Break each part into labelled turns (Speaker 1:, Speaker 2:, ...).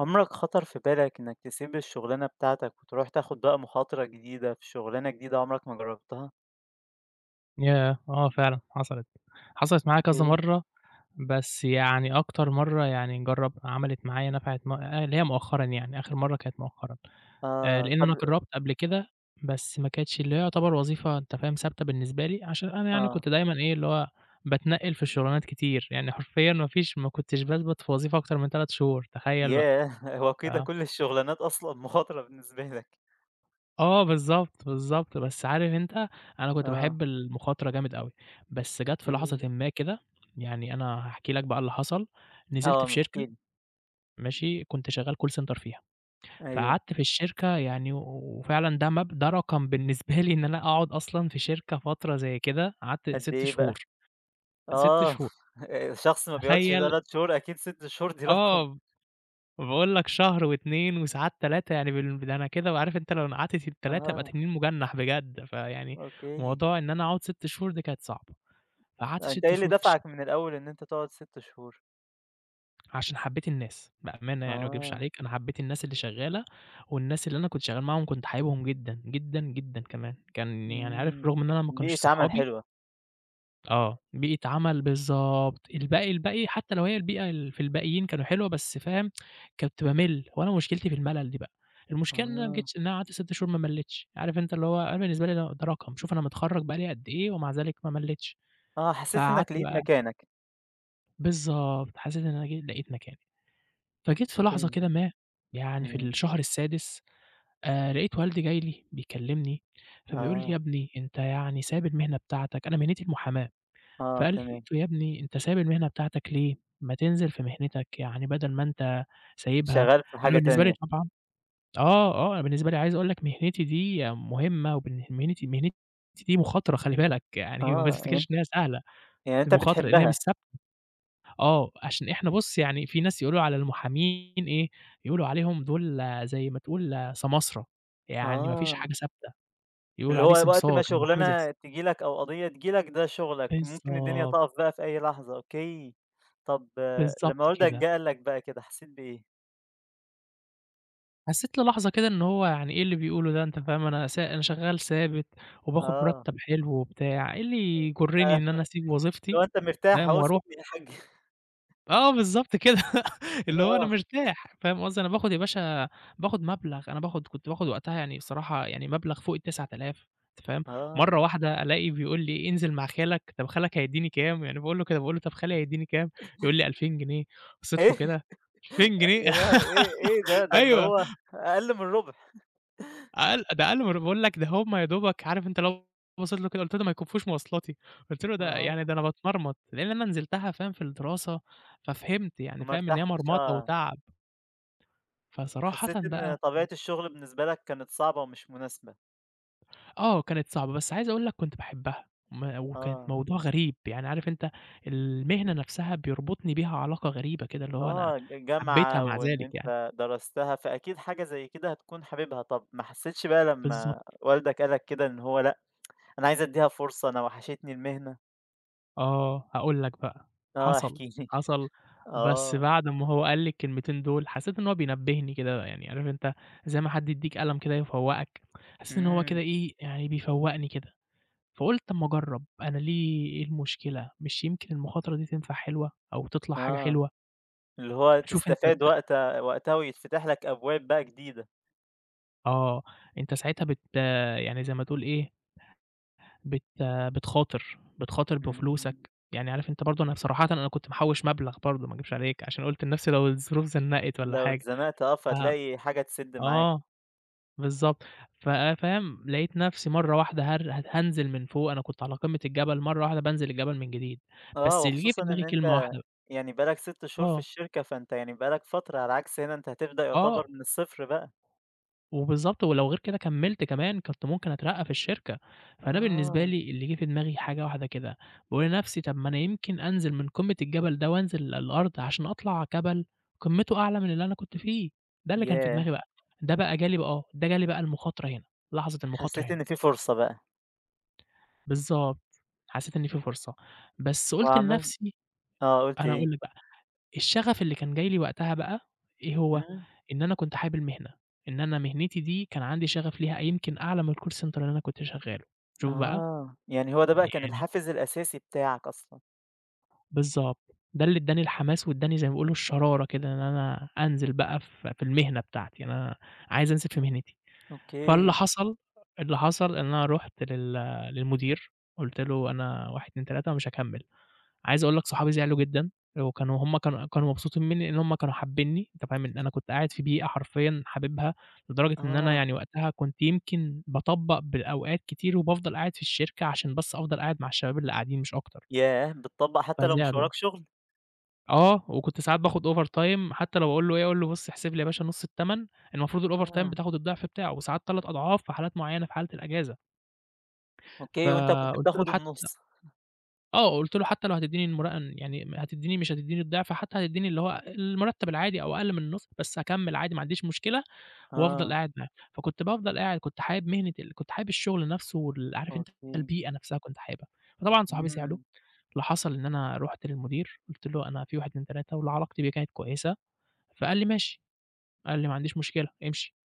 Speaker 1: عمرك خطر في بالك إنك تسيب الشغلانة بتاعتك وتروح تاخد بقى مخاطرة جديدة في شغلانة جديدة عمرك ما جربتها؟
Speaker 2: ياه! آه فعلًا حصلت، معايا كذا
Speaker 1: أوكي،
Speaker 2: مرّة. بس يعني أكتر مرّة يعني جرّب عملت معايا نفعت م اللي هي مؤخرًا يعني، آخر مرّة كانت مؤخرًا.
Speaker 1: آه،
Speaker 2: لإن
Speaker 1: طب
Speaker 2: أنا جرّبت قبل كده، بس ما كانتش اللي هي يعتبر وظيفة أنت فاهم ثابتة بالنسبة لي، عشان أنا يعني
Speaker 1: آه،
Speaker 2: كنت دايمًا إيه، اللي هو باتنقّل في الشغلانات كتير، يعني حرفيًا ما كنتش باثبت في وظيفة أكتر من 3 شهور، تخيّل بقى!
Speaker 1: ياه! هو
Speaker 2: ف
Speaker 1: كده كل الشغلانات أصلًا مخاطرة بالنسبة لك؟
Speaker 2: آه بالضبط، بالضبط، بس عارف أنت أنا كنت
Speaker 1: آه،
Speaker 2: باحب المخاطرة جامد أوي، بس جات في
Speaker 1: أوكي،
Speaker 2: لحظةٍ ما كده. يعني أنا هاحكي لك بقى اللي حصل، نزلت في
Speaker 1: آه، احكِ
Speaker 2: شركة،
Speaker 1: لي،
Speaker 2: ماشي، كنت شغال call center فيها.
Speaker 1: أيوه،
Speaker 2: فقعدت في الشركة يعني وفعلًا ده رقم بالنسبة لي إن أنا أقعد أصلًا في شركة فترة زي كده، قعدت
Speaker 1: قد
Speaker 2: 6
Speaker 1: إيه بقى؟
Speaker 2: شهور، 6
Speaker 1: آه،
Speaker 2: شهور،
Speaker 1: شخص ما بيقعدش
Speaker 2: تخيل!
Speaker 1: 3 شهور أكيد 6 شهور دي رقم،
Speaker 2: آه. باقول لك شهر و2، وساعات 3 يعني ده أنا كده وعارف أنت لو نقعتني ال3 أبقى
Speaker 1: آه،
Speaker 2: تنين مُجنّح بجد، فيعني
Speaker 1: أوكي،
Speaker 2: موضوع إن أنا أقعد 6 شهور دي كانت صعبة، فقعدت
Speaker 1: أنت إيه
Speaker 2: 6
Speaker 1: اللي
Speaker 2: شهور في الش
Speaker 1: دفعك من الأول إن أنت تقعد 6 شهور؟
Speaker 2: عشان حبيت الناس، بأمانة يعني ما اكدبش
Speaker 1: آه،
Speaker 2: عليك، أنا حبيت الناس اللي شغّالة، والناس اللي أنا كنت شغّال معاهم كنت حاببهم جدًا، جدًا، جدًا كمان، كان يعني عارف
Speaker 1: إمم،
Speaker 2: رغم إن أنا ما كانوش
Speaker 1: بيئة عمل
Speaker 2: صحابي.
Speaker 1: حلوة،
Speaker 2: آه، بيئة عمل بالضبط، الباقي حتى لو هي البيئة في الباقيين كانوا حلوة بس فاهم، كنت بامِل، وأنا مشكلتي في الملل دي بقى. المشكلة إن أنا ما
Speaker 1: آه.
Speaker 2: جيتش إن أنا قعدت 6 شهور ما ملّيتش، عارف أنت اللي هو أنا بالنسبة لي ده رقم، شوف أنا متخرّج بقى لي قد إيه ومع ذلك ما ملّيتش.
Speaker 1: آه، حسّيت إنّك
Speaker 2: فقعدت
Speaker 1: لقيت
Speaker 2: بقى
Speaker 1: مكانك.
Speaker 2: بالضبط، حسيت إن أنا لقيت مكاني، فجيت في لحظة
Speaker 1: أوكي.
Speaker 2: كده ما، يعني في
Speaker 1: إمم.
Speaker 2: الشهر السادس، لقيت والدي جاي لي بيكلّمني، فبيقول لي: "يا
Speaker 1: آه،
Speaker 2: ابني أنت يعني سايب المهنة بتاعتك." أنا مهنتي المحاماة.
Speaker 1: آه
Speaker 2: فقلت
Speaker 1: تمام.
Speaker 2: له: "يا ابني أنت سايب المهنة بتاعتك ليه؟ ما تنزل في مهنتك، يعني بدل ما أنت سايبها".
Speaker 1: شغّال في
Speaker 2: أنا
Speaker 1: حاجة
Speaker 2: بالنسبة لي
Speaker 1: تانية.
Speaker 2: طبعًا آه، آه، أنا بالنسبة لي عايز أقول لك مهنتي دي مهمة مهنتي دي مخاطرة خلي بالك، يعني ما
Speaker 1: آه، يعني أن
Speaker 2: تفتكرش إنها سهلة،
Speaker 1: يعني أنت
Speaker 2: مخاطرة لأنها مش
Speaker 1: بتحبّها.
Speaker 2: ثابتة. آه، عشان إحنا بُص يعني في ناس يقولوا على المحامين إيه، يقولوا عليهم دول زي ما تقول سماسرة، يعني ما فيش
Speaker 1: آه.
Speaker 2: حاجة ثابتة، يقولوا
Speaker 1: اللي
Speaker 2: عليه
Speaker 1: هو وقت
Speaker 2: سمسار،
Speaker 1: ما
Speaker 2: المحامي زي
Speaker 1: شُغلانة تيجي لك أو قضية تيجي لك ده شُغلك، ممكن الدنيا
Speaker 2: بالضبط،
Speaker 1: تقف بقى في أي لحظة، أوكي. طب آه،
Speaker 2: بالضبط
Speaker 1: لمّا والدك
Speaker 2: كده.
Speaker 1: جه قال لك بقى كده حسّيت بإيه؟
Speaker 2: حسّيت للحظة كده إن هو يعني إيه اللي بيقوله ده، أنت فاهم، أنا شغّال ثابت وباخُد
Speaker 1: آه.
Speaker 2: مُرتّب حلو وبتاع، إيه اللي يجُرّني إن أنا
Speaker 1: اللي
Speaker 2: أسيب
Speaker 1: هو
Speaker 2: وظيفتي
Speaker 1: أنت مرتاح
Speaker 2: فاهم،
Speaker 1: أهو
Speaker 2: وأروح.
Speaker 1: سيبني يا حَاج.
Speaker 2: آه بالضبط كده، اللي هو أنا
Speaker 1: آه،
Speaker 2: مرتاح فاهم قصدي. أنا باخُد يا باشا مبلغ، أنا باخُد كنت باخُد وقتها يعني الصراحة يعني مبلغ فوق ال9000 أنت فاهم.
Speaker 1: آه.
Speaker 2: مرّة واحدة ألاقي بيقول لي انزل مع خالك، طَب خالك هيدّيني كام، يعني باقول له طَب خالي هيدّيني كام، يقول لي 2000 جنيه، بصّيت له
Speaker 1: إيه!
Speaker 2: كده 2000 جنيه!
Speaker 1: يا لهوي إيه إيه ده، ده اللي
Speaker 2: أيوه.
Speaker 1: هو أقل من الرُبع.
Speaker 2: ده أقل ما أنا باقول لك ده هُم يا دوبك عارف أنت اللي هو بصيت له كده قُلت له "ده ما يكفّوش مواصلاتي." قُلت له: "ده يعني
Speaker 1: آه،
Speaker 2: ده أنا باتمرمط." لإن أنا نزلتها فاهم في الدراسة، ففهمت يعني
Speaker 1: ما
Speaker 2: فاهم إن هي
Speaker 1: ارتحتش،
Speaker 2: مرمطة
Speaker 1: آه.
Speaker 2: وتعب، فصراحةً
Speaker 1: حسيت إن
Speaker 2: بقى
Speaker 1: طبيعة الشغل بالنسبة لك كانت صعبة ومش مناسبة.
Speaker 2: آه، كانت صعبة، بس عايز أقول لك كنت باحبها وكانت
Speaker 1: آه،
Speaker 2: موضوع غريب، يعني عارف أنت المهنة نفسها بيربطني بيها علاقة غريبة كده، اللي هو أنا
Speaker 1: آه، ج
Speaker 2: حبيتها
Speaker 1: جامعة
Speaker 2: مع
Speaker 1: وإن
Speaker 2: ذلك يعني.
Speaker 1: أنت درستها، فأكيد حاجة زي كده هتكون حاببها. طب ما حسيتش بقى لمّا
Speaker 2: بالضبط.
Speaker 1: والدك قال لك كده إن هو لأ، أنا عايز أدّيها فرصة، أنا وحشتني المهنة؟
Speaker 2: آه، هاقول لك بقى،
Speaker 1: آه،
Speaker 2: حصل،
Speaker 1: احكِ لي.
Speaker 2: حصل بس
Speaker 1: آه،
Speaker 2: بعد ما هو قال لي الكلمتين دول حسيت إن هو بينبهني كده، يعني عارف أنت زي ما حد يدّيك قلم كده يفوّقك، حسيت إن هو كده
Speaker 1: إمم،
Speaker 2: إيه، يعني بيفوّقني كده، فقُلت أمّا أجرّب أنا ليه إيه المشكلة، مش يمكن المخاطرة دي تنفع حلوة أو تطلع حاجة
Speaker 1: آه،
Speaker 2: حلوة.
Speaker 1: اللي هو
Speaker 2: شوف أنت
Speaker 1: تستفاد
Speaker 2: ت
Speaker 1: وقتها ويتفتح لك أبواب بقى جديدة.
Speaker 2: آه، أنت ساعتها يعني زي ما تقول إيه، بت بتخاطر،
Speaker 1: إمم،
Speaker 2: بفلوسك، يعني عارف أنت برضه أنا بصراحةً أنا كنت محوّش مبلغ برضه ما اكدبش عليك، عشان قُلت لنفسي لو الظروف زنقت والّا
Speaker 1: لو
Speaker 2: حاجة.
Speaker 1: اتزنقت آه،
Speaker 2: ف
Speaker 1: فهتلاقي حاجة تسِد معاك.
Speaker 2: آه، بالضبط. ف فاهم، لقيت نفسي مرّة واحدة هار هت هانزل من فوق، أنا كنت على قمة الجبل، مرّة واحدة بانزل الجبل من جديد، بس
Speaker 1: آه،
Speaker 2: اللي جه
Speaker 1: وخصوصًا
Speaker 2: في دماغي
Speaker 1: إن
Speaker 2: كلمة
Speaker 1: أنت
Speaker 2: واحدة.
Speaker 1: يعني بقى لك 6 شهور في
Speaker 2: آه،
Speaker 1: الشركة، فأنت يعني بقى لك فترة، على عكس هنا أنت هتبدأ
Speaker 2: آه
Speaker 1: يعتبر من الصفر بقى.
Speaker 2: وبالضبط، ولو غير كده كمّلت كمان كنت ممكن أترقّى في الشركة، فأنا بالنسبة
Speaker 1: آه،
Speaker 2: لي اللي جه في دماغي حاجة واحدة كده، باقول لنفسي طَب ما أنا يمكن أنزل من قمة الجبل ده وأنزل الأرض عشان أطلع جبل قمته أعلى من اللي أنا كنت فيه، ده اللي كان في دماغي
Speaker 1: ياه!
Speaker 2: بقى. ده بقى جه لي بقى آه، ده جه لي بقى المخاطرة هنا، لحظة المخاطرة
Speaker 1: حسيت
Speaker 2: هنا.
Speaker 1: إن في فرصة بقى،
Speaker 2: بالضبط، حسّيت إن في فرصة، بس قُلت
Speaker 1: وعملت
Speaker 2: لنفسي
Speaker 1: آه، قُلت
Speaker 2: أنا هاقول
Speaker 1: إيه؟
Speaker 2: لك بقى الشغف اللي كان جاي لي وقتها بقى إيه هو،
Speaker 1: إمم،
Speaker 2: إن أنا كنت حابب المهنة، إن أنا مهنتي دي كان عندي شغف ليها يمكن أعلى من الcall center اللي أنا كنت شغّاله، شوف بقى
Speaker 1: آه، يعني هو ده بقى كان
Speaker 2: يعني
Speaker 1: الحافز الأساسي بتاعك أصلًا،
Speaker 2: بالضبط. ده اللي ادّاني الحماس وادّاني زي ما بيقولوا الشرارة كده إن أنا أنزل بقى في المهنة بتاعتي، أنا عايز أنزل في مهنتي. فاللي
Speaker 1: أوكي،
Speaker 2: حصل اللي حصل إن أنا رُحت للمدير قُلت له أنا 1، 2، 3 ومش هاكمّل. عايز أقول لك صحابي زعلوا جدًا، وكانوا هُم كانوا مبسوطين منّي، لإن هُم كانوا حابينّي، أنت فاهم إن أنا كنت قاعد في بيئة حرفيًا حاببها، لدرجة إن أنا
Speaker 1: آه،
Speaker 2: يعني وقتها كنت يمكن باطبّق بالأوقات كتير، وبافضل قاعد في الشركة عشان بس أفضل قاعد مع الشباب اللي قاعدين مش أكتر،
Speaker 1: ياه! بتطبّق حتى لو مش
Speaker 2: فزعلوا.
Speaker 1: وراك شغل؟
Speaker 2: آه، وكنت ساعات باخد over time حتى لو أقول له إيه، أقول له بُص احسب لي يا باشا نُص التمن، المفروض الover time
Speaker 1: آه،
Speaker 2: بتاخد الضعف بتاعه، وساعات 3 أضعاف في حالات معيّنة في حالة الأجازة،
Speaker 1: أوكي، وأنت كنت
Speaker 2: فقُلت له
Speaker 1: بتاخد
Speaker 2: حتى
Speaker 1: النُص،
Speaker 2: آه، قُلت له: "حتى لو هتدّيني يعني هتدّيني مش هتدّيني الضِعف، حتى هتدّيني اللي هو المرتّب العادي أو أقل من النُص، بس هاكمّل عادي ما عنديش مشكلة وأفضل
Speaker 1: آه،
Speaker 2: قاعد معاهم." فكنت بافضل قاعد، كنت حابب الشُغل نَفْسه عارف أنت
Speaker 1: أوكي،
Speaker 2: البيئة نَفْسها كنت حاببها. فطبعًا صحابي زعلوا،
Speaker 1: إمم،
Speaker 2: اللي حصل إن أنا رُحت للمدير قُلت له: "أنا في 1، 2، 3." واللي علاقتي بيه كانت كويسة، فقال لي: "ماشي." قال لي: "ما عنديش مشكلة، امشي."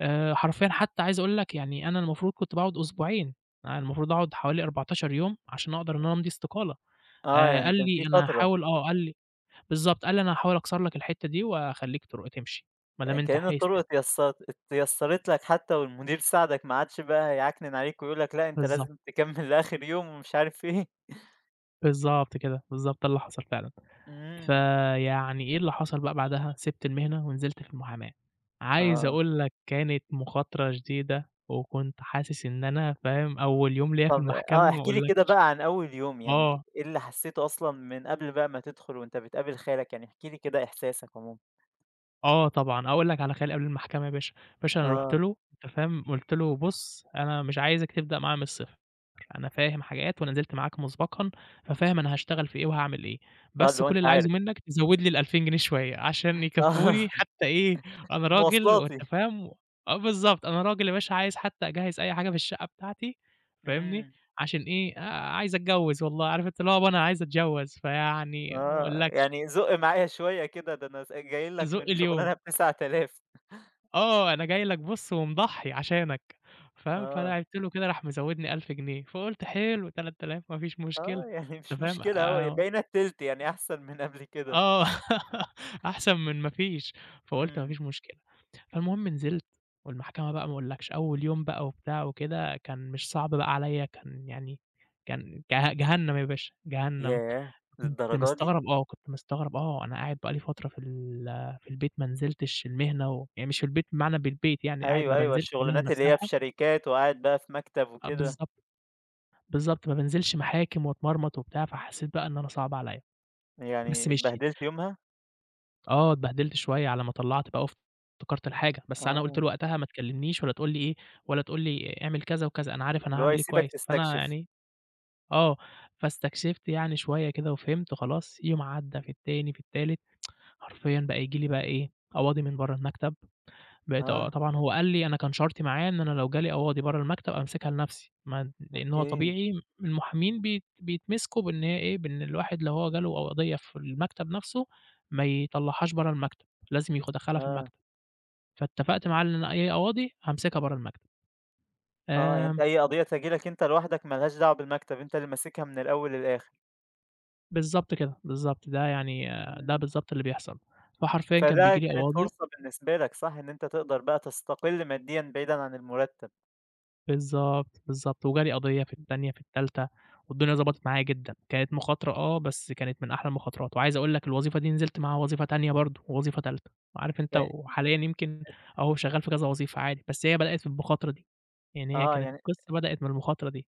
Speaker 2: حرفيًا حتى عايز أقول لك يعني أنا المفروض كنت باقعُد أسبوعين، أنا المفروض أقعُد حوالي 14 يوم عشان أقدر إن أنا أمضي استقالة.
Speaker 1: آه، يعني
Speaker 2: قال
Speaker 1: كان في
Speaker 2: لي: "أنا
Speaker 1: فترة.
Speaker 2: هاحاول"، آه، قال لي بالضبط، قال لي: "أنا هاحاول أكسر لك الحتّة دي وأخلّيك تمشي، ما دام
Speaker 1: يعني
Speaker 2: أنت
Speaker 1: كأن
Speaker 2: عايز
Speaker 1: الطرق اتيسّرت لك حتى والمدير ساعدك ما عادش بقى هيعكنن عليك ويقول لك لأ أنت
Speaker 2: بالضبط،
Speaker 1: لازم تكمّل لآخر يوم ومش عارف إيه.
Speaker 2: بالضبط كده، بالضبط ده اللي حصل فعلًا.
Speaker 1: إمم.
Speaker 2: فيعني إيه اللي حصل بقى بعدها، سِبت المهنة ونزلت في المحاماة. عايز
Speaker 1: آه.
Speaker 2: أقول لك كانت مخاطرة شديدة، وكنت حاسس إن أنا فاهم، أول يوم ليّا في
Speaker 1: طب آه،
Speaker 2: المحكمة ما
Speaker 1: احكِ لي كده
Speaker 2: أقولكش.
Speaker 1: بقى عن أول يوم، يعني
Speaker 2: آه،
Speaker 1: إيه اللي حسّيته أصلًا من قبل بقى ما تدخل وأنت بتقابل خالك؟ يعني احكِ لي كده إحساسك عمومًا.
Speaker 2: آه طبعًا، أقول لك على خيال قبل المحكمة يا باشا، يا باشا أنا رُحت
Speaker 1: آه.
Speaker 2: له أنت فاهم، قُلت له: "بُص أنا مش عايزك تبدأ معايا من الصفر." أنا فاهم حاجات ونزلت معاك مسبقًا، ففاهم أنا هاشتغل في إيه وهاعمل إيه،
Speaker 1: آه،
Speaker 2: بس
Speaker 1: اللي هو
Speaker 2: كل
Speaker 1: أنت
Speaker 2: اللي عايزه
Speaker 1: عارف.
Speaker 2: منّك تزوّد لي ال2000 جنيه شوية عشان يكفّوني
Speaker 1: آه.
Speaker 2: حتى إيه، أنا راجل
Speaker 1: مواصلاتي.
Speaker 2: وأنت فاهم. آه بالضبط، أنا راجل يا باشا عايز حتى أجهّز أي حاجة في الشقة بتاعتي فاهمني،
Speaker 1: إمم.
Speaker 2: عشان إيه، عايز أتجوّز والله، عارف أنت اللي هو يابا أنا عايز أتجوّز، فيعني ما
Speaker 1: آه.
Speaker 2: أقولكش
Speaker 1: يعني زُق معايا شوية كده، ده أنا جاي لك
Speaker 2: زُق
Speaker 1: من
Speaker 2: اليوم.
Speaker 1: شُغلانة ب9000.
Speaker 2: آه، أنا جاي لك بُص ومضحّي عشانك، فاهم، فأنا
Speaker 1: آه.
Speaker 2: عِبت له كده راح مزوّدني 1000 جنيه، فقُلت حلو 3000 ما فيش مشكلة،
Speaker 1: آه، يعني
Speaker 2: أنت
Speaker 1: مش
Speaker 2: فاهم،
Speaker 1: مشكلة أهو
Speaker 2: آه،
Speaker 1: بقينا التِلت، يعني أحسن من قبل كده.
Speaker 2: آه، أحسن من ما فيش، فقُلت ما
Speaker 1: إمم.
Speaker 2: فيش مشكلة، فالمهم نزلت والمحكمة بقى ما أقولكش أول يوم بقى وبتاع وكده، كان مش صعب بقى عليَّ، كان يعني كان جه جهنم يا باشا، جهنم.
Speaker 1: ياه!
Speaker 2: كنت
Speaker 1: للدرجة دي!
Speaker 2: مستغرب آه، كنت مستغرب آه، أنا قاعد بقى لي فترة في البيت ما نزلتش المهنة و يعني مش في البيت بمعنى بالبيت يعني قاعد ما
Speaker 1: أيوه، أيوه،
Speaker 2: بانزلش المهنة
Speaker 1: الشغلانات اللي هي في
Speaker 2: نفسها
Speaker 1: شركات وقاعد بقى في مكتب
Speaker 2: آه،
Speaker 1: وكده،
Speaker 2: بالضبط، بالضبط، ما بانزلش محاكم واتمرمط وبتاع، فحسيت بقى إن أنا صعب عليَّ، بس
Speaker 1: يعني
Speaker 2: مشيت.
Speaker 1: اتبهدلت يومها؟
Speaker 2: آه، اتبهدلت شوية على ما طلّعت بقى وافتكرت الحاجة، بس أنا قُلت
Speaker 1: آه،
Speaker 2: له وقتها ما تكلمنيش ولا تقول لي إيه، ولا تقول لي اعمل كذا وكذا، أنا عارف أنا
Speaker 1: اللي هو
Speaker 2: هاعمل إيه
Speaker 1: يسيبك
Speaker 2: كويس، فأنا
Speaker 1: تستكشف.
Speaker 2: يعني آه، فاستكشفت يعني شوية كده وفهمت خلاص، يوم عدّى في التاني في التالت حرفيًا بقى ييجي لي بقى إيه، قواضي من برّه المكتب، بقيت آه،
Speaker 1: آه،
Speaker 2: طبعًا هو قال لي أنا كان شرطي معاه إن أنا لو جه لي قواضي برّه المكتب أمسكها لنفسي، ما لإن هو
Speaker 1: أوكي.
Speaker 2: طبيعي المحامين بيتمسكوا بإن هي إيه، بإن الواحد لو هو جه له قضية في المكتب نفسه ما يطلّعهاش برّه المكتب، لازم يدخّلها في
Speaker 1: آه،
Speaker 2: المكتب، فاتفقت معاه إن أنا أي قواضي هامسكها برّه المكتب،
Speaker 1: آه، يعني أنت
Speaker 2: آمم،
Speaker 1: أي قضية تيجي لك أنت لوحدك ما لهاش دعوة بالمكتب، أنت اللي ماسكها من الأول للآخر.
Speaker 2: بالضبط كده، بالضبط، ده يعني ده
Speaker 1: إمم.
Speaker 2: بالضبط اللي بيحصل، فحرفيًا كان
Speaker 1: فده
Speaker 2: بييجي لي
Speaker 1: كانت
Speaker 2: قواضي
Speaker 1: فرصة بالنسبة لك صح، إن أنت تقدر بقى تستقل ماديًا بعيدًا عن المرتب.
Speaker 2: بالضبط، بالضبط، وجالي قضية في التانية، في التالتة، والدنيا ضبطت معايا جدًا، كانت مخاطرة آه، بس كانت من أحلى المخاطرات، وعايز أقول لك الوظيفة دي نزلت معاها وظيفة تانية برضه، ووظيفة تالتة، عارف أنت،
Speaker 1: ي
Speaker 2: وحاليًا يمكن أهو شغال في كذا وظيفة عادي، بس هي بدأت في المخاطرة دي، يعني هي
Speaker 1: آه،
Speaker 2: كانت
Speaker 1: يعني
Speaker 2: القصة بدأت من المخاطرة دي،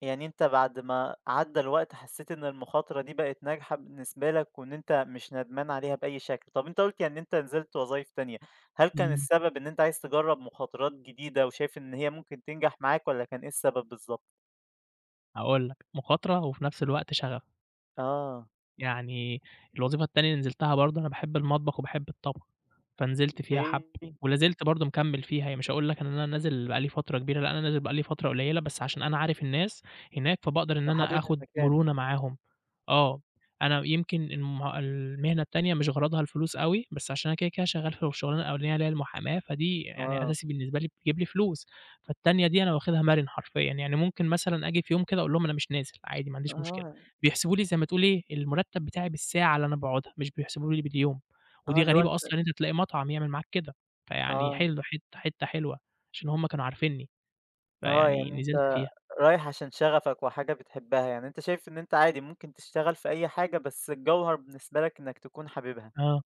Speaker 1: يعني أنت بعد ما عدّى الوقت حسّيت إن المخاطرة دي بقت ناجحة بالنسبة لك وإن أنت مش ندمان عليها بأي شكل. طب أنت قُلت يعني أنت نزلت وظايف تانية، هل كان
Speaker 2: إمم،
Speaker 1: السبب إن أنت عايز تجرّب مخاطرات جديدة وشايف إن هي ممكن تنجح معاك والّا كان إيه السبب بالضبط؟
Speaker 2: هاقول لك مخاطرة وفي نفس الوقت شغف.
Speaker 1: آه،
Speaker 2: يعني الوظيفة التانية اللي نزلتها برضه أنا باحب المطبخ وباحب الطبخ، فنزلت فيها حبّة،
Speaker 1: أوكي،
Speaker 2: ولا زلت برضه مكمّل فيها، يعني مش هاقول لك إن أنا نازل بقى لي فترة كبيرة، لأ أنا نازل بقى لي فترة قليّلة، بس عشان أنا عارف الناس هناك، فباقدر إن أنا
Speaker 1: وحابب
Speaker 2: آخُد
Speaker 1: المكان.
Speaker 2: مرونة معاهم. آه، أنا يمكن المهنة التانية مش غرضها الفلوس أوي، بس عشان أنا كده شغّال في الشغلانة الأولانية اللي هي المحاماة، فدي يعني
Speaker 1: آه،
Speaker 2: أساسي بالنسبة لي بتجيب لي فلوس، فالتانية دي أنا واخدها مَرِن حرفيًا، يعني ممكن مثلًا آجي في يوم كده أقول لهم أنا مش نازل عادي ما عنديش مشكلة،
Speaker 1: آه،
Speaker 2: بيحسبوا لي زي ما تقول إيه، المرتّب بتاعي بالساعة اللي أنا باقعدها، مش بيحسبوا لي باليوم،
Speaker 1: آه،
Speaker 2: ودي غريبة أصلًا إن أنت تلاقي مطعم يعمل معاك كده، فيعني
Speaker 1: آه،
Speaker 2: حلو حتّة حتّة حلوة، عشان هُم كانوا عارفينّي، فيعني
Speaker 1: يعني
Speaker 2: نزلت
Speaker 1: أنت
Speaker 2: فيها.
Speaker 1: رايح عشان شغفك وحاجة بتحبها، يعني أنت شايف إن أنت عادي ممكن تشتغل في أي حاجة بس الجوهر بالنسبة لك إنك تكون حاببها.
Speaker 2: آه.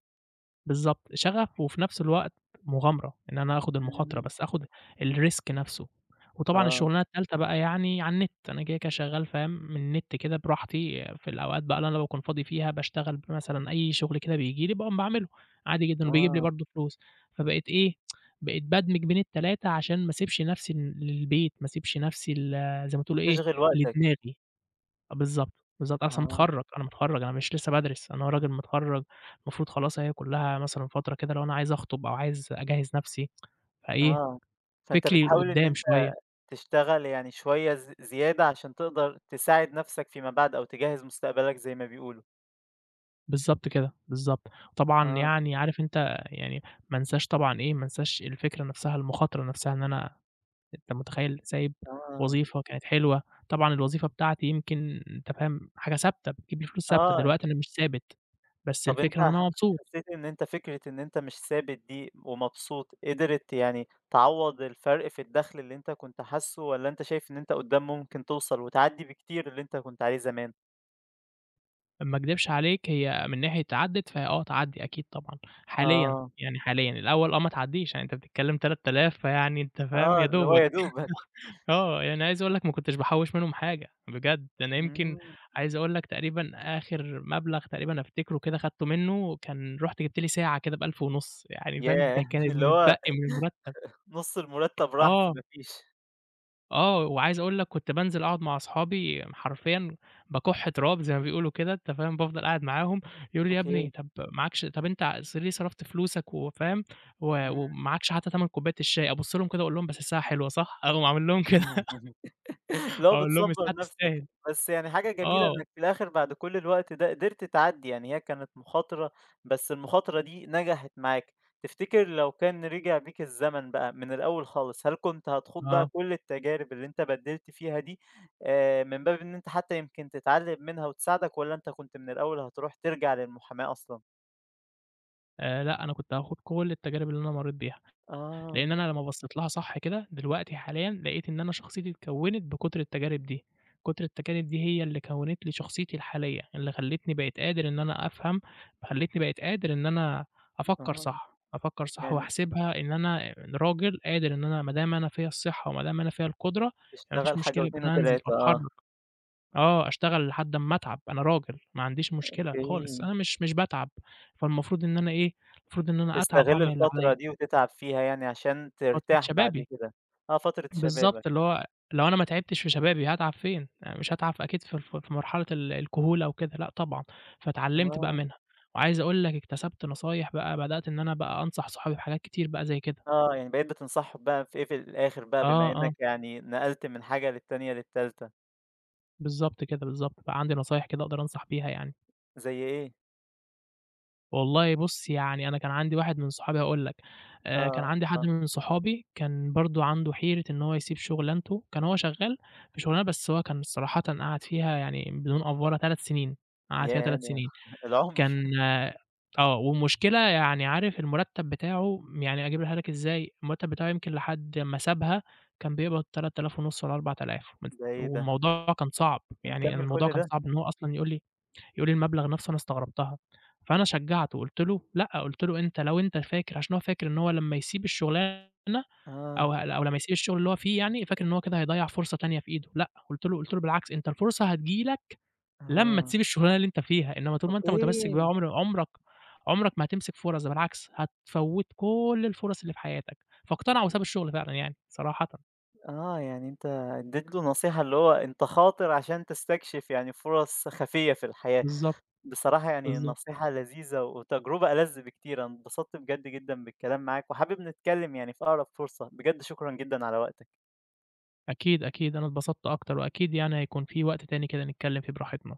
Speaker 2: بالضبط، شغف وفي نفس الوقت مغامرة، إن أنا آخُد المخاطرة،
Speaker 1: إمم،
Speaker 2: بس آخُد الrisk نفسه. وطبعًا
Speaker 1: آه.
Speaker 2: الشغلانة التالتة بقى يعني على النت، أنا كده شغّال فاهم، من النت كده براحتي في الأوقات بقى اللي أنا باكون فاضي فيها باشتغل مثلًا أي شغل كده بييجي لي باقوم باعمله عادي جدًا وبيجيب لي
Speaker 1: آه،
Speaker 2: برضه فلوس. فبقيت إيه، بقيت بادمج بين التلاتة عشان ما اسيبش نفسي للبيت، ما اسيبش نفسي زي ما تقولوا إيه،
Speaker 1: تشغِل وقتك.
Speaker 2: لدماغي. آه، بالضبط، بالضبط، أصلًا
Speaker 1: آه،
Speaker 2: متخرّج، أنا متخرّج، أنا مش لسه بادرس، أنا راجل متخرّج، المفروض خلاص أهي كلّها مثلًا فترة كده لو أنا عايز أخطب أو عايز أجهّز نَفْسي، فإيه،
Speaker 1: آه، فأنت
Speaker 2: فكري
Speaker 1: بتحاول إن
Speaker 2: لقدّام
Speaker 1: أنت
Speaker 2: شوية،
Speaker 1: تشتغل يعني شوية زيادة عشان تقدر تساعد نَفْسك فيما بعد أو تجهّز مستقبلك زي ما بيقولوا.
Speaker 2: بالضبط كده، بالضبط، طبعًا
Speaker 1: آه،
Speaker 2: يعني عارف أنت يعني ما انساش طبعًا إيه، ما انساش الفكرة نَفْسها، المخاطرة نَفْسها إن أنا أنت متخيّل سايب
Speaker 1: آه،
Speaker 2: وظيفة كانت حلوة، طبعًا الوظيفة بتاعتي يمكن أنت فاهم حاجة ثابتة، بتجيب لي فلوس ثابتة،
Speaker 1: آه،
Speaker 2: دلوقتي أنا مش ثابت، بس
Speaker 1: طَب أنت
Speaker 2: الفكرة إن أنا مبسوط.
Speaker 1: حسّيت إن أنت فكرة إن أنت مش ثابت دي ومبسوط، قدرت يعني تعوّض الفرق في الدخْل اللي أنت كنت حاسّه والّا أنت شايف إن أنت قُدّام ممكن توصل وتعدّي بكتير اللي أنت كنت عليه زمان؟
Speaker 2: ما اكدبش عليك هي من ناحية عدِّت فهي آه تعدّي أكيد طبعًا، حاليًا،
Speaker 1: آه،
Speaker 2: يعني حاليًا، الأول آه ما تعدّيش، يعني أنت بتتكلّم 3000 فيعني أنت فاهم يا
Speaker 1: آه، اللي هو
Speaker 2: دوبك،
Speaker 1: يا دوبك.
Speaker 2: آه، يعني عايز أقول لك ما كنتش باحوّش منهم حاجة، بجد أنا يمكن
Speaker 1: إمم،
Speaker 2: عايز أقول لك تقريبًا آخر مبلغ تقريبًا أفتكره كده خدته منه، كان رُحت جِبت لي ساعة كده ب1500 يعني فاهم، ده
Speaker 1: ياه!
Speaker 2: كان
Speaker 1: اللي هو
Speaker 2: المتبقي من المرتّب،
Speaker 1: نُص المرتب راح
Speaker 2: آه.
Speaker 1: فما فيش،
Speaker 2: آه، وعايز أقول لك كنت بانزل أقعد مع أصحابي حرفيًا باكُح تراب زي ما بيقولوا كده أنت فاهم، بافضل قاعد معاهم يقولوا لي: "يا ابني
Speaker 1: أوكي،
Speaker 2: طب معاكش طب أنت أصل ليه صرفت فلوسك وفاهم و
Speaker 1: إمم.
Speaker 2: ومعاكش حتى تمن كوباية الشاي." أبُص لهم كده أقول لهم: "بس الساعة حلوة صح؟" أقوم عامل لهم كده
Speaker 1: اللي هو
Speaker 2: أقول لهم:
Speaker 1: بتصبّر
Speaker 2: "الساعة
Speaker 1: نَفْسك،
Speaker 2: تستاهل."
Speaker 1: بس يعني حاجة جميلة
Speaker 2: آه،
Speaker 1: إنّك في الآخر بعد كل الوقت ده قدرت تعدّي، يعني هي كانت مخاطرة بس المخاطرة دي نجحت معاك، تفتكر لو كان رجع بيك الزمن بقى من الأول خالص، هل كنت هتخوض بقى
Speaker 2: آه،
Speaker 1: كل التجارب اللي أنت بَدّلت فيها دي من باب إن أنت حتى يمكن تتعلّم منها وتساعدك والّا أنت كنت من الأول هتروح ترجع للمحاماة أصلًا؟
Speaker 2: لأ أنا كنت هاخوض كل التجارب اللي أنا مرّيت بيها.
Speaker 1: آه،
Speaker 2: لإن أنا لمّا بصّيت لها صح كده دلوقتي حاليًا، لقيت إن أنا شخصيتي اتكوّنت بكُتْر التجارب دي، كُتْر التجارب دي هي اللي كوّنت لي شخصيتي الحالية، اللي خلّتني بقيت قادر إن أنا أفهم، خلّتني بقيت قادر إن أنا أفكّر
Speaker 1: آه،
Speaker 2: صح، أفكّر صح
Speaker 1: يعني
Speaker 2: وأحسبها إن أنا راجل قادر إن أنا ما دام أنا فيّا الصحة وما دام أنا فيّا القدرة، يعني ما فيش
Speaker 1: تشتغل حاجة
Speaker 2: مشكلة إن
Speaker 1: و2
Speaker 2: أنا أنزل
Speaker 1: و3 آه.
Speaker 2: وأتحرّك، آه، أشتغل لحد أمّا أتعب، أنا راجل ما عنديش مشكلة خالص،
Speaker 1: أوكي،
Speaker 2: أنا مش باتعب، فالمفروض إن أنا إيه، المفروض إن أنا أتعب
Speaker 1: تستغل
Speaker 2: وأعمل اللي
Speaker 1: الفترة
Speaker 2: عليّا،
Speaker 1: دي وتتعب فيها يعني عشان
Speaker 2: فترة
Speaker 1: ترتاح بعد
Speaker 2: شبابي.
Speaker 1: كده، آه فترة شبابك،
Speaker 2: بالضبط، اللي هو لو أنا ما تعبتش في شبابي هاتعب فين؟ يعني مش هاتعب أكيد في مرحلة الكهولة وكده، لأ طبعًا، فاتعلمت بقى
Speaker 1: آه،
Speaker 2: منها، وعايز أقول لك اكتسبت نصايح بقى، بدأت إن أنا بقى أنصح صحابي بحاجات كتير بقى زي كده،
Speaker 1: آه يعني بقيت بتنصحهم بقى في إيه في الآخر بقى بما
Speaker 2: آه، آه،
Speaker 1: إنك يعني نقلت من حاجة للتانية للتالتة،
Speaker 2: بالضبط كده، بالضبط، بقى عندي نصايح كده أقدر أنصح بيها يعني،
Speaker 1: زي إيه؟
Speaker 2: والله بُص يعني أنا كان عندي واحد من صحابي هاقول لك، كان عندي حد
Speaker 1: آه،
Speaker 2: من صحابي كان برضه عنده حيرة إن هو يسيب شغلانته، كان هو شغال في شغلانة بس هو كان صراحةً قعد فيها يعني بدون أفورة 3 سنين، قعد فيها
Speaker 1: ياه
Speaker 2: 3
Speaker 1: ده
Speaker 2: سنين.
Speaker 1: العمر
Speaker 2: كان آه، والمشكلة يعني عارف المرتّب بتاعه يعني أجيبها لك إزاي، المرتّب بتاعه يمكن لحد ما سابها كان بيقبض 3500 والّا 4000 مت
Speaker 1: ده إيه ده!
Speaker 2: والموضوع كان صعب، يعني
Speaker 1: ومكمل
Speaker 2: الموضوع
Speaker 1: كل
Speaker 2: كان
Speaker 1: ده!
Speaker 2: صعب إن هو أصلًا يقول لي يقول لي المبلغ نَفْسه أنا استغربتها، فأنا شجّعته قُلت له لأ، قُلت له أنت لو أنت فاكر عشان هو فاكر إن هو لمّا يسيب الشغلانة
Speaker 1: آه،
Speaker 2: أو لمّا يسيب الشغل اللي هو فيه يعني، فاكر إن هو كده هيضيّع فرصة تانية في إيده، لأ، قُلت له بالعكس أنت الفرصة هتيجي لك لمّا
Speaker 1: آه،
Speaker 2: تسيب الشغلانة اللي أنت فيها، إنّما طول ما أنت متمسك بيها
Speaker 1: أوكي،
Speaker 2: عمرك ما هتمسك فرص، ده بالعكس هتفوّت كل الفرص اللي في حياتك، فاقتنع وساب الشغل فعلًا يعني صراحةً.
Speaker 1: آه يعني أنت اديت له نصيحة اللي هو أنت خاطر عشان تستكشف يعني فرص خفية في الحياة.
Speaker 2: بالضبط،
Speaker 1: بصراحة يعني
Speaker 2: بالضبط.
Speaker 1: نصيحة لذيذة وتجربة ألذ بكتير، أنا اتبسطت بجد جدًا بالكلام معاك، وحابب نتكلم يعني في أقرب فرصة، بجد شكرًا جدًا على وقتك.
Speaker 2: أكيد، أكيد، أنا اتبسطت أكتر وأكيد يعني هيكون في وقت تاني كده نتكلّم فيه براحتنا.